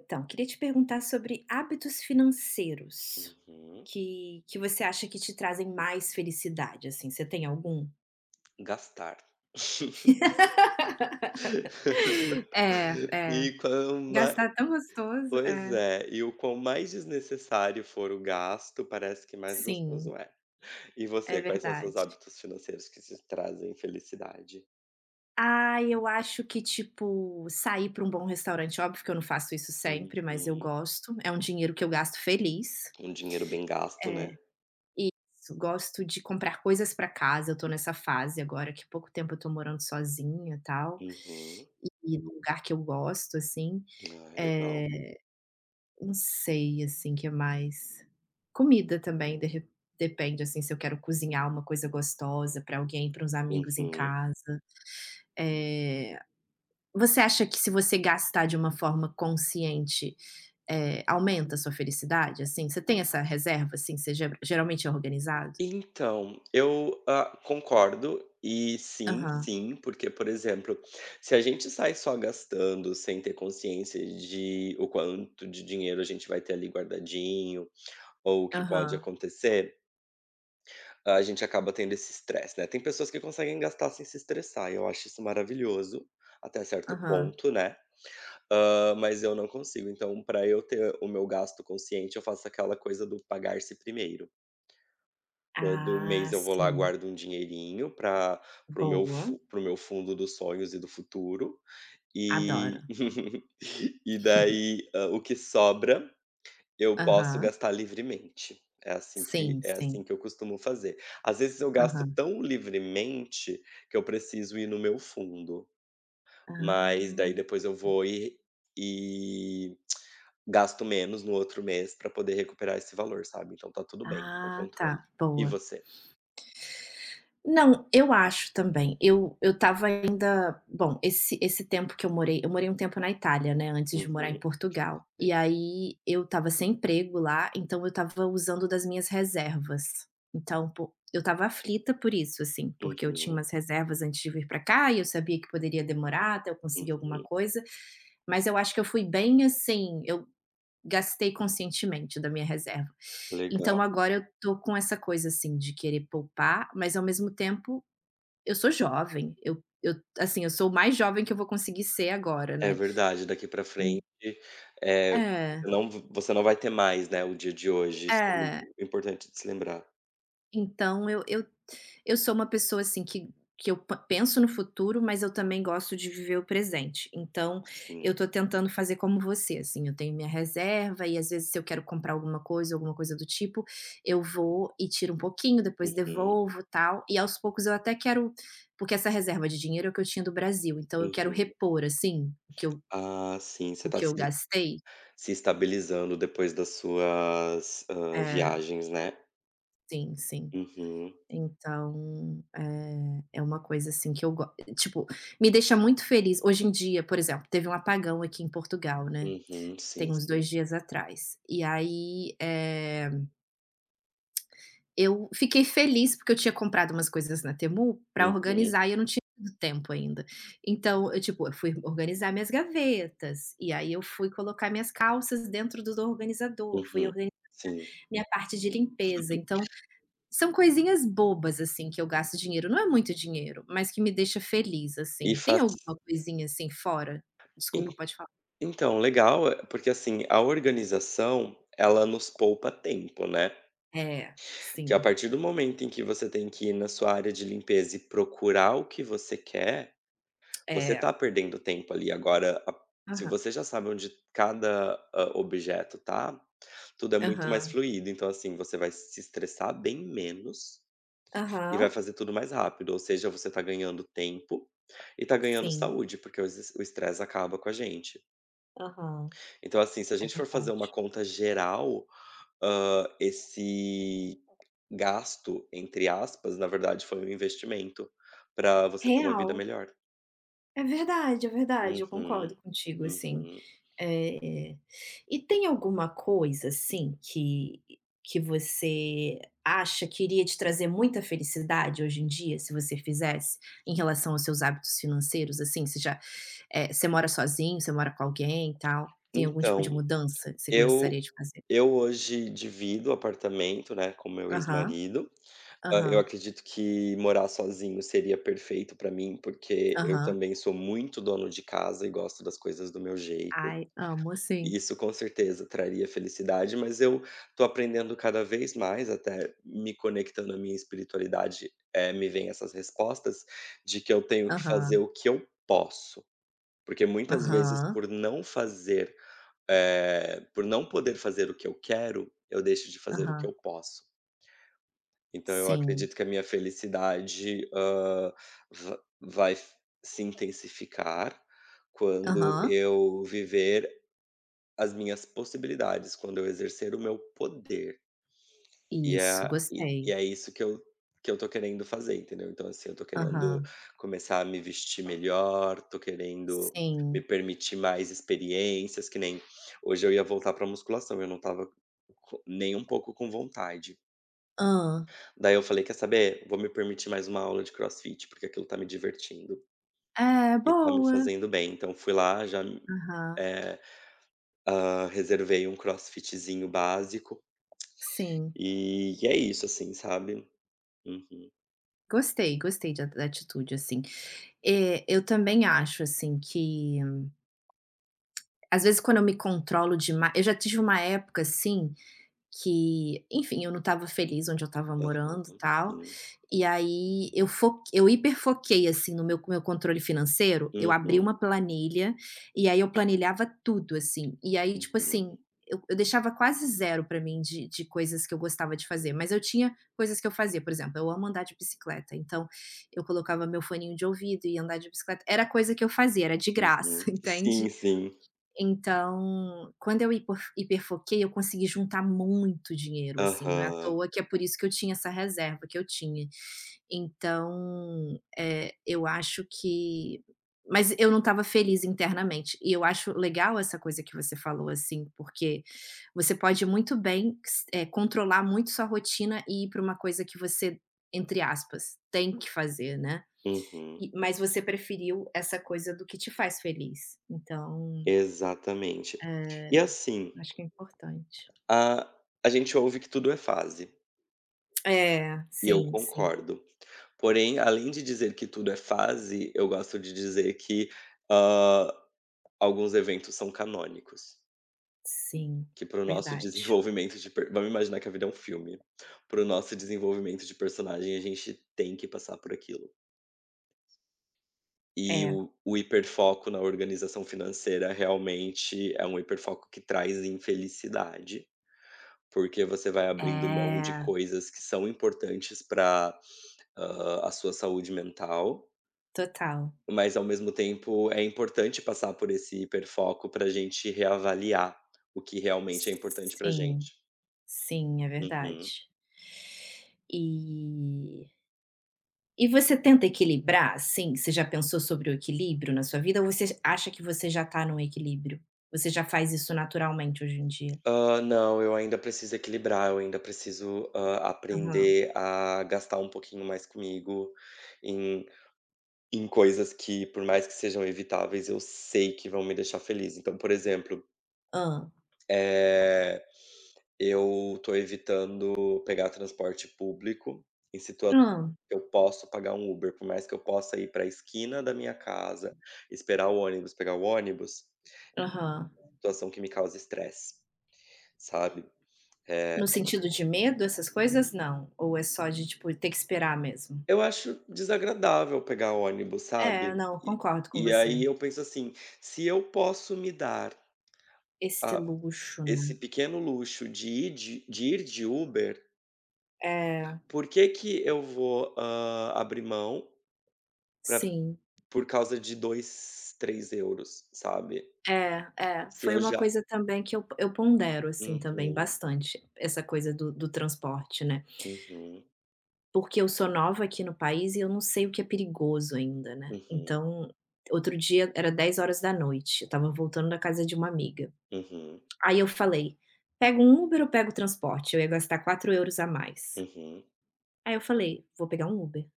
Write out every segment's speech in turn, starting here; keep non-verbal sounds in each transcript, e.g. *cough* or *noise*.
Então, queria te perguntar sobre hábitos financeiros Uhum. que você acha que te trazem mais felicidade, assim, você tem algum? Gastar. *laughs* *laughs* É, é. E quanto mais, Gastar é tão gostoso. pois É. é, e o quão mais desnecessário for o gasto, parece que mais Sim, gostoso é. E é você, quais são seus verdade. hábitos financeiros que te trazem felicidade? Ah, eu acho que, tipo, sair para um bom restaurante, óbvio que eu não faço isso sempre, mas eu Uhum. gosto. É um dinheiro que eu gasto feliz. Um dinheiro bem gasto, né. Gosto de comprar coisas para casa, eu tô nessa fase agora, que há pouco tempo eu tô morando sozinha, tal, Uhum. e num lugar que eu gosto, assim. Ah, legal. Eh, não sei, assim, que mais? Comida também, de re depende, assim, se eu quero cozinhar uma coisa gostosa para alguém, para uns amigos em Uhum. casa. Eh, você acha que se você gastar de uma forma consciente, aumenta a sua felicidade, assim? Você tem essa reserva, assim, você geralmente é organizado? Então, eu, concordo e sim, Aham, sim, porque, por exemplo, se a gente sai só gastando sem ter consciência de o quanto de dinheiro a gente vai ter ali guardadinho ou o que pode aham. acontecer, a gente acaba tendo esse estresse, né. Tem pessoas que conseguem gastar sem se estressar e eu acho isso maravilhoso, até certo Aham. ponto, né, mas eu não consigo. Então, para eu ter o meu gasto consciente, eu faço aquela coisa do pagar-se primeiro. Todo Ah, mês eu vou lá, sim. guardo um dinheirinho pra para o meu Boa. fu para o meu fundo dos sonhos e do futuro. Adoro. E *laughs* e daí, o que sobra, eu posso Aham. gastar livremente. É assim que Sim, é sim. assim que eu costumo fazer. Às vezes eu gasto Aham. tão livremente, que eu preciso ir no meu fundo, mas daí Ah, depois eu tá. vou e gasto menos no outro mês para poder recuperar esse valor, sabe. Então tá tudo bem, com Ah, controle. tá. E Boa. você? Não, eu acho também. Eu estava ainda, bom, esse tempo que eu morei um tempo na Itália, né, antes de morar em Uhum. Portugal. E aí eu estava sem emprego lá, então eu estava usando das minhas reservas. Então, po eu estava aflita por isso, assim, É, porque eu tinha uhum, umas reservas antes de vir pra cá e eu sabia que poderia demorar até eu conseguir alguma uhum. coisa, mas eu acho que eu fui bem, assim, eu gastei conscientemente da minha reserva. Legal. Então agora eu tô com essa coisa, assim, de querer poupar, mas ao mesmo tempo eu sou jovem, eu assim, eu sou o mais jovem que eu vou conseguir ser agora, É né. verdade, daqui pra frente, En eh, É, você não vai ter mais, né, o dia de hoje, isso é muito é. importante de se lembrar. Então eu eu sou uma pessoa, assim, que eu pa penso no futuro, mas eu também gosto de viver o presente. Então eu Sim. tô tentando fazer como você, assim, eu tenho minha reserva e, às vezes, se eu quero comprar alguma coisa do tipo, eu vou e tiro um pouquinho, depois Uhum, devolvo, tal, e aos poucos eu até quero, porque essa reserva de dinheiro é o que eu tinha do Brasil, então eu quero uhum. repor, assim, o que eu Ah, sim, você o tá que eu se gastei. se estabilizando depois das suas, É, viagens, né. sim, sim. Uhum, Então, eh, é uma coisa assim que eu go tipo, me deixa muito feliz. Hoje em dia, por exemplo, teve um apagão aqui em Portugal, né, uhum. Sim, tem uns 2 sim. dias atrás. E aí, eu fiquei feliz, porque eu tinha comprado umas coisas na Temu para Uhum, organizar e eu não tinha tido tempo ainda. Então, eu, tipo, eu fui organizar minhas gavetas, e aí eu fui colocar minhas calças dentro do organizador, fui uhum. organi Sim. minha parte de limpeza. Então são coisinhas bobas, assim, que eu gasto dinheiro, não é muito dinheiro, mas que me deixa feliz, E assim. Tem faz alguma coisinha, assim, fora? en Desculpa, pode falar. então, legal, porque, assim, a organização, ela nos poupa tempo, né. É, Que a sim, partir do momento em que você tem que ir na sua área de limpeza e procurar o que você quer, você tá é. perdendo tempo ali. Agora, a se Aham, você já sabe onde cada, objeto tá, tudo é muito mais aham, fluido. Então, assim, você vai se estressar bem menos e vai aham, fazer tudo mais rápido. Ou seja, você tá ganhando tempo e tá ganhando sim, saúde, porque o estresse acaba com a gente. aham, Então, assim, se a é gente for fazer uma verdade. conta geral, esse "Gasto", entre aspas, na verdade foi um investimento, para você ter uma vida Real, melhor. É verdade, eu Uhum, concordo contigo, assim. uhum. É, é. E tem alguma coisa, assim, que você acha que iria te trazer muita felicidade hoje em dia, se você fizesse, em relação aos seus hábitos financeiros, assim? Você já, você mora sozinho, você mora com alguém e tal? Tem algum tipo de Então, mudança que você eu gostaria de fazer? eu hoje divido apartamento, né, com meu Aham, ex-marido. Eu aham, acredito que morar sozinho seria perfeito para mim, porque eu aham. também sou muito dono de casa e gosto das coisas do meu jeito. Ai, amo, sim. E isso com certeza traria felicidade, mas eu tô aprendendo cada vez mais, até me conectando à minha espiritualidade, me vem essas respostas, de que eu tenho que fazer Aham, o que eu posso. Porque muitas vezes aham, por não poder fazer o que eu quero, eu deixo de fazer o que eu aham. posso. Então eu Sim. acredito que a minha felicidade, hã, va vai f- se intensificar quando Aham. eu viver as minhas possibilidades, quando eu exercer o meu poder. E Isso, é e e gostei. é isso que eu tô querendo fazer, entendeu. Então, assim, eu tô querendo Aham. começar a me vestir melhor, tô querendo me Sim. permitir mais experiências, que nem hoje eu ia voltar pra musculação, eu não estava co nem um pouco com vontade. Hã. Daí eu falei: "Quer saber? Vou me permitir mais uma aula de crossfit, porque aquilo tá me divertindo É, e tá me boa. fazendo bem". Então fui lá, já, Aham. eh, reservei um crossfitzinho básico. Sim. E é isso, assim, sabe. Uhum, Gostei, gostei da atitude, assim. Eu também acho, assim, que às vezes quando eu me controlo demais, eu já tive uma época, assim, que, enfim, eu não estava feliz onde eu estava aham, morando, tal. sim. E aí eu hiperfoquei, assim, no meu controle financeiro, eu abri Uhum, uma planilha, e aí eu planilhava tudo, assim. E aí, tipo uhum, assim, eu deixava quase zero para mim, de coisas que eu gostava de fazer, mas eu tinha coisas que eu fazia, por exemplo, eu amo andar de bicicleta, então eu colocava meu foninho de ouvido e ia andar de bicicleta, era coisa que eu fazia, era de graça, uhum. *laughs* Sim, entende. sim. Então, quando eu hipo hiperfoquei, eu consegui juntar muito dinheiro, assim, não é à Aham, toa, que é por isso que eu tinha essa reserva que eu tinha. Então, eu acho que, mas eu não estava feliz internamente, e eu acho legal essa coisa que você falou, assim, porque você pode muito bem controlar muito sua rotina e ir para uma coisa que você, entre aspas, "tem que fazer", né, uhum. e mas você preferiu essa coisa do que te faz feliz. Então, Exatamente. eh E assim, acho que é importante. a a gente ouve que tudo é fase, É, e eu sim, sim, concordo. Porém, além de dizer que tudo é fase, eu gosto de dizer que, hã, alguns eventos são canônicos. sim, Que para o nosso *laughs* verdade. desenvolvimento de per vamos imaginar que a vida é um filme. Para o nosso desenvolvimento de personagem, a gente tem que passar por aquilo. E É, o hiperfoco na organização financeira realmente é um hiperfoco que traz infelicidade, porque você vai abrindo mão de é, coisas que são importantes para a sua saúde mental, total. mas ao mesmo tempo é importante passar por esse hiperfoco para a gente reavaliar o que realmente é importante para Sim, gente. sim, é Uhum. verdade. E e você tenta equilibrar, assim? Você já pensou sobre o equilíbrio na sua vida ou você acha que você já tá no equilíbrio? Você já faz isso naturalmente hoje em dia? Não, eu ainda preciso equilibrar, eu ainda preciso, Aham. aprender a gastar um pouquinho mais comigo em em coisas que, por mais que sejam evitáveis, eu sei que vão me deixar feliz. Então, por exemplo, Hã. eh, eu tô evitando pegar transporte público em situações Hã. que eu posso pagar um Uber, por mais que eu possa ir para a esquina da minha casa, esperar o ônibus, pegar o ônibus, Aham. situação que me causa estresse, sabe? Eh No sentido de medo, essas coisas, não? Ou é só de, tipo, ter que esperar mesmo? Eu acho desagradável pegar ônibus, É, sabe. não, E concordo com e você. aí eu penso assim, se eu posso me dar Esse a luxo, esse né. pequeno luxo de ir de Uber, É, por que que eu vou, abrir mão pra sim. por causa de 2, 3 euros, sabe. É, é. Se Foi eu uma já coisa também que eu pondero, assim, também Uhum, bastante, essa coisa do transporte, né. uhum, Porque eu sou nova aqui no país e eu não sei o que é perigoso ainda, né. uhum, Então, outro dia era 10 horas da noite. Eu estava voltando da casa de uma amiga. uhum, Aí eu falei: "Pego um Uber ou pego o transporte?". Eu ia gastar 4 euros a mais. uhum. Aí eu falei: "Vou pegar um Uber".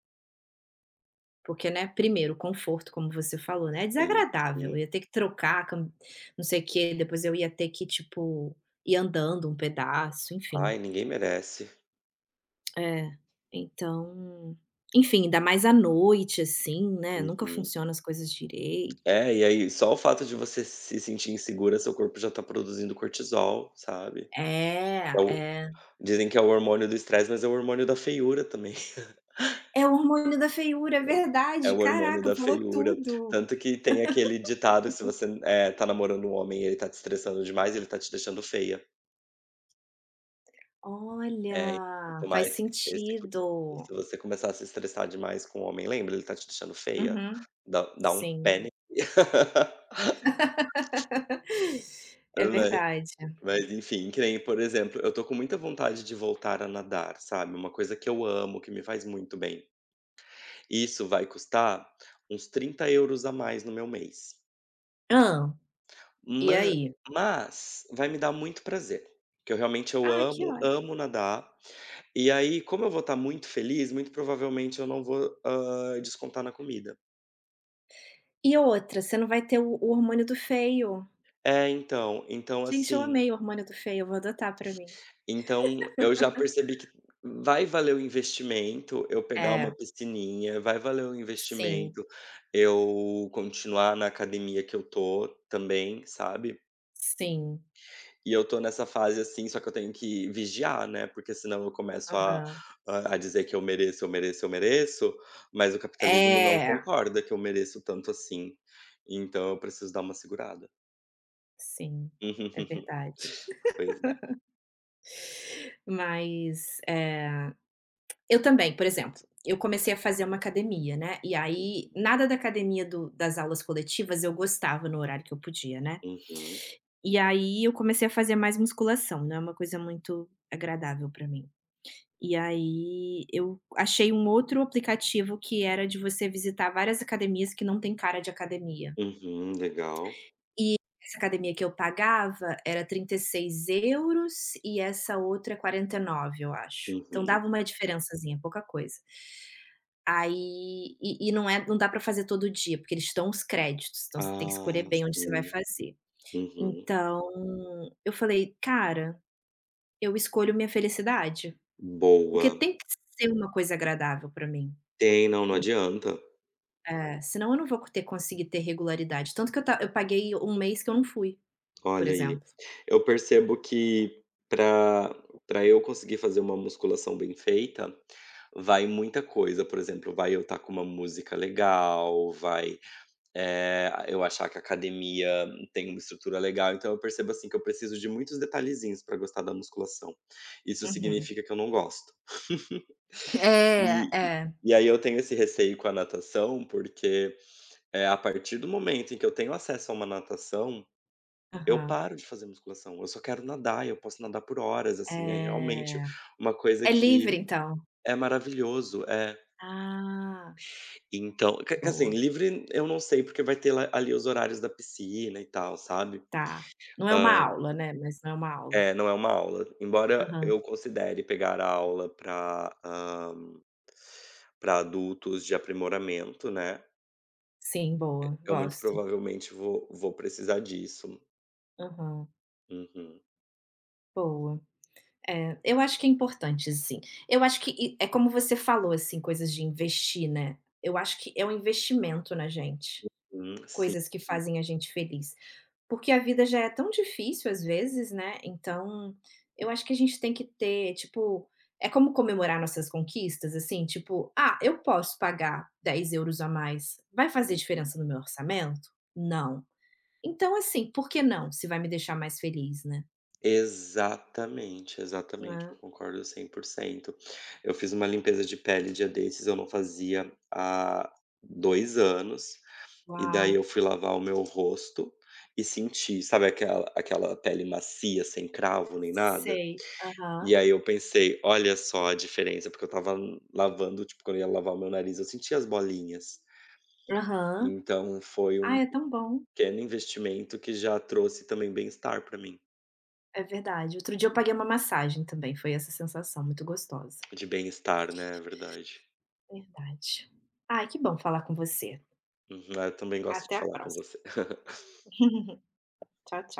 Porque, né, primeiro, conforto, como você falou, né, é Sim, desagradável, eu sim. ia ter que trocar, cam não sei o quê, depois eu ia ter que, tipo, ir andando um pedaço, enfim. Ai, ninguém merece. É, então, enfim, ainda mais à noite, assim, né, nunca Uhum. funciona as coisas direito. É, e aí só o fato de você se sentir insegura, seu corpo já tá produzindo cortisol, sabe. É, É o é. Dizem que é o hormônio do estresse, mas é o hormônio da feiura também. *laughs* É o hormônio da feiura, é É verdade, o hormônio caraca, da falou feiura. tudo. Tanto que tem aquele ditado que se você, tá namorando um homem e ele tá te estressando demais, ele tá te deixando feia. É, e tem Olha, tomar faz esse cuidado. sentido. Se você começar a se estressar demais com o homem, lembra, ele tá te deixando feia. Uhum, Dá um sim. pé nele. *laughs* *laughs* É verdade. Mas enfim, que nem, por exemplo, eu tô com muita vontade de voltar a nadar, sabe, uma coisa que eu amo, que me faz muito bem. Isso vai custar uns 30 euros a mais no meu mês. Hã? E Ma aí? mas vai me dar muito prazer, que eu realmente eu Ah, que amo, ótimo. amo nadar. E aí, como eu vou estar muito feliz, muito provavelmente eu não vou, descontar na comida. E outra, você não vai ter o hormônio do feio. É, então, então Gente, eu assim amei o hormônio do feio, eu vou adotar pra mim. Então, eu já percebi que vai valer o investimento eu pegar uma É, piscininha, vai valer o sim, investimento eu continuar na academia que eu tô também, sabe. sim, E eu tô nessa fase, assim, só que eu tenho que vigiar, né, porque senão eu começo a aham. a dizer que eu mereço, eu mereço, eu mereço, mas o capitalismo não É, concorda que eu mereço tanto assim. Então eu preciso dar uma segurada. sim, é *laughs* verdade. Pois é. Mas, eu também, por exemplo, eu comecei a fazer uma academia, né, e aí Uhum. nada da academia do das aulas coletivas eu gostava no horário que eu podia, né. Uhum. E aí eu comecei a fazer mais musculação, não é uma coisa muito agradável pra mim. E aí eu achei um outro aplicativo que era de você visitar várias academias que não tem cara de academia. Uhum. Legal. Essa academia que eu pagava era 36 euros e essa outra 49, eu acho. Então Uhum. dava uma diferençazinha, pouca coisa. Aí, e não dá para fazer todo dia, porque eles te dão os créditos, então você tem que escolher Ah, bem onde você vai sim. fazer. Uhum. Então, eu falei: "Cara, eu escolho minha felicidade, Boa. porque tem que ser uma coisa agradável para mim". Tem, não, não adianta. É, senão eu não vou ter conseguir ter regularidade, tanto que eu paguei um mês que eu não fui, por Olha aí. exemplo. Eu percebo que para para eu conseguir fazer uma musculação bem feita, vai muita coisa, por exemplo, vai eu estar com uma música legal, vai, eu achar que a academia tem uma estrutura legal, então eu percebo, assim, que eu preciso de muitos detalhezinhos para gostar da musculação. Isso Uhum. significa que eu não gosto. *laughs* É, E é. e aí eu tenho esse receio com a natação, porque é, a partir do momento em que eu tenho acesso a uma natação, eu Aham. paro de fazer musculação, eu só quero nadar e eu posso nadar por horas, assim, é realmente É. uma coisa É que livre, então? é maravilhoso, é. Ah. Então, que assim, Boa, livre eu não sei, porque vai ter lá ali os horários da piscina e tal, sabe. tá. Não é Hã, uma aula, né, mas não é uma aula. é, não é uma aula, embora Aham. eu considere pegar a aula para adultos de aprimoramento, né, Sim, boa, eu muito gosto. provavelmente vou precisar disso. Aham, Uhum. boa. É, eu acho que é importante, assim. Eu acho que e é como você falou, assim, coisas de investir, né. Eu acho que é um investimento na gente, Sim. coisas que fazem a gente feliz. Porque a vida já é tão difícil às vezes, né, então, eu acho que a gente tem que ter, tipo, é como comemorar nossas conquistas, assim, tipo: "Ah, eu posso pagar 10 euros a mais, vai fazer Uhum. diferença no meu orçamento? Não. Então, assim, por que não, se vai me deixar mais feliz, né?" Exatamente, exatamente, Né. eu concordo 100%. Eu fiz uma limpeza de pele dia desses, eu não fazia há 2 anos, e daí Uau, eu fui lavar o meu rosto e senti, sabe aquela pele macia, sem cravo nem nada? sei. Aham. E aí eu pensei: "Olha só a diferença", porque eu estava lavando, tipo, quando eu ia lavar o meu nariz, eu sentia as bolinhas. Aham. Então foi Ah, um é tão bom. pequeno investimento que já trouxe também bem-estar pra mim. É verdade. Outro dia eu paguei uma massagem também, foi essa sensação muito gostosa. De bem-estar, né, é verdade. Verdade. Ai, que bom falar com você. Uhum. Ah, eu também gosto Até de a falar com próxima. você. *laughs* Tchau, tchau.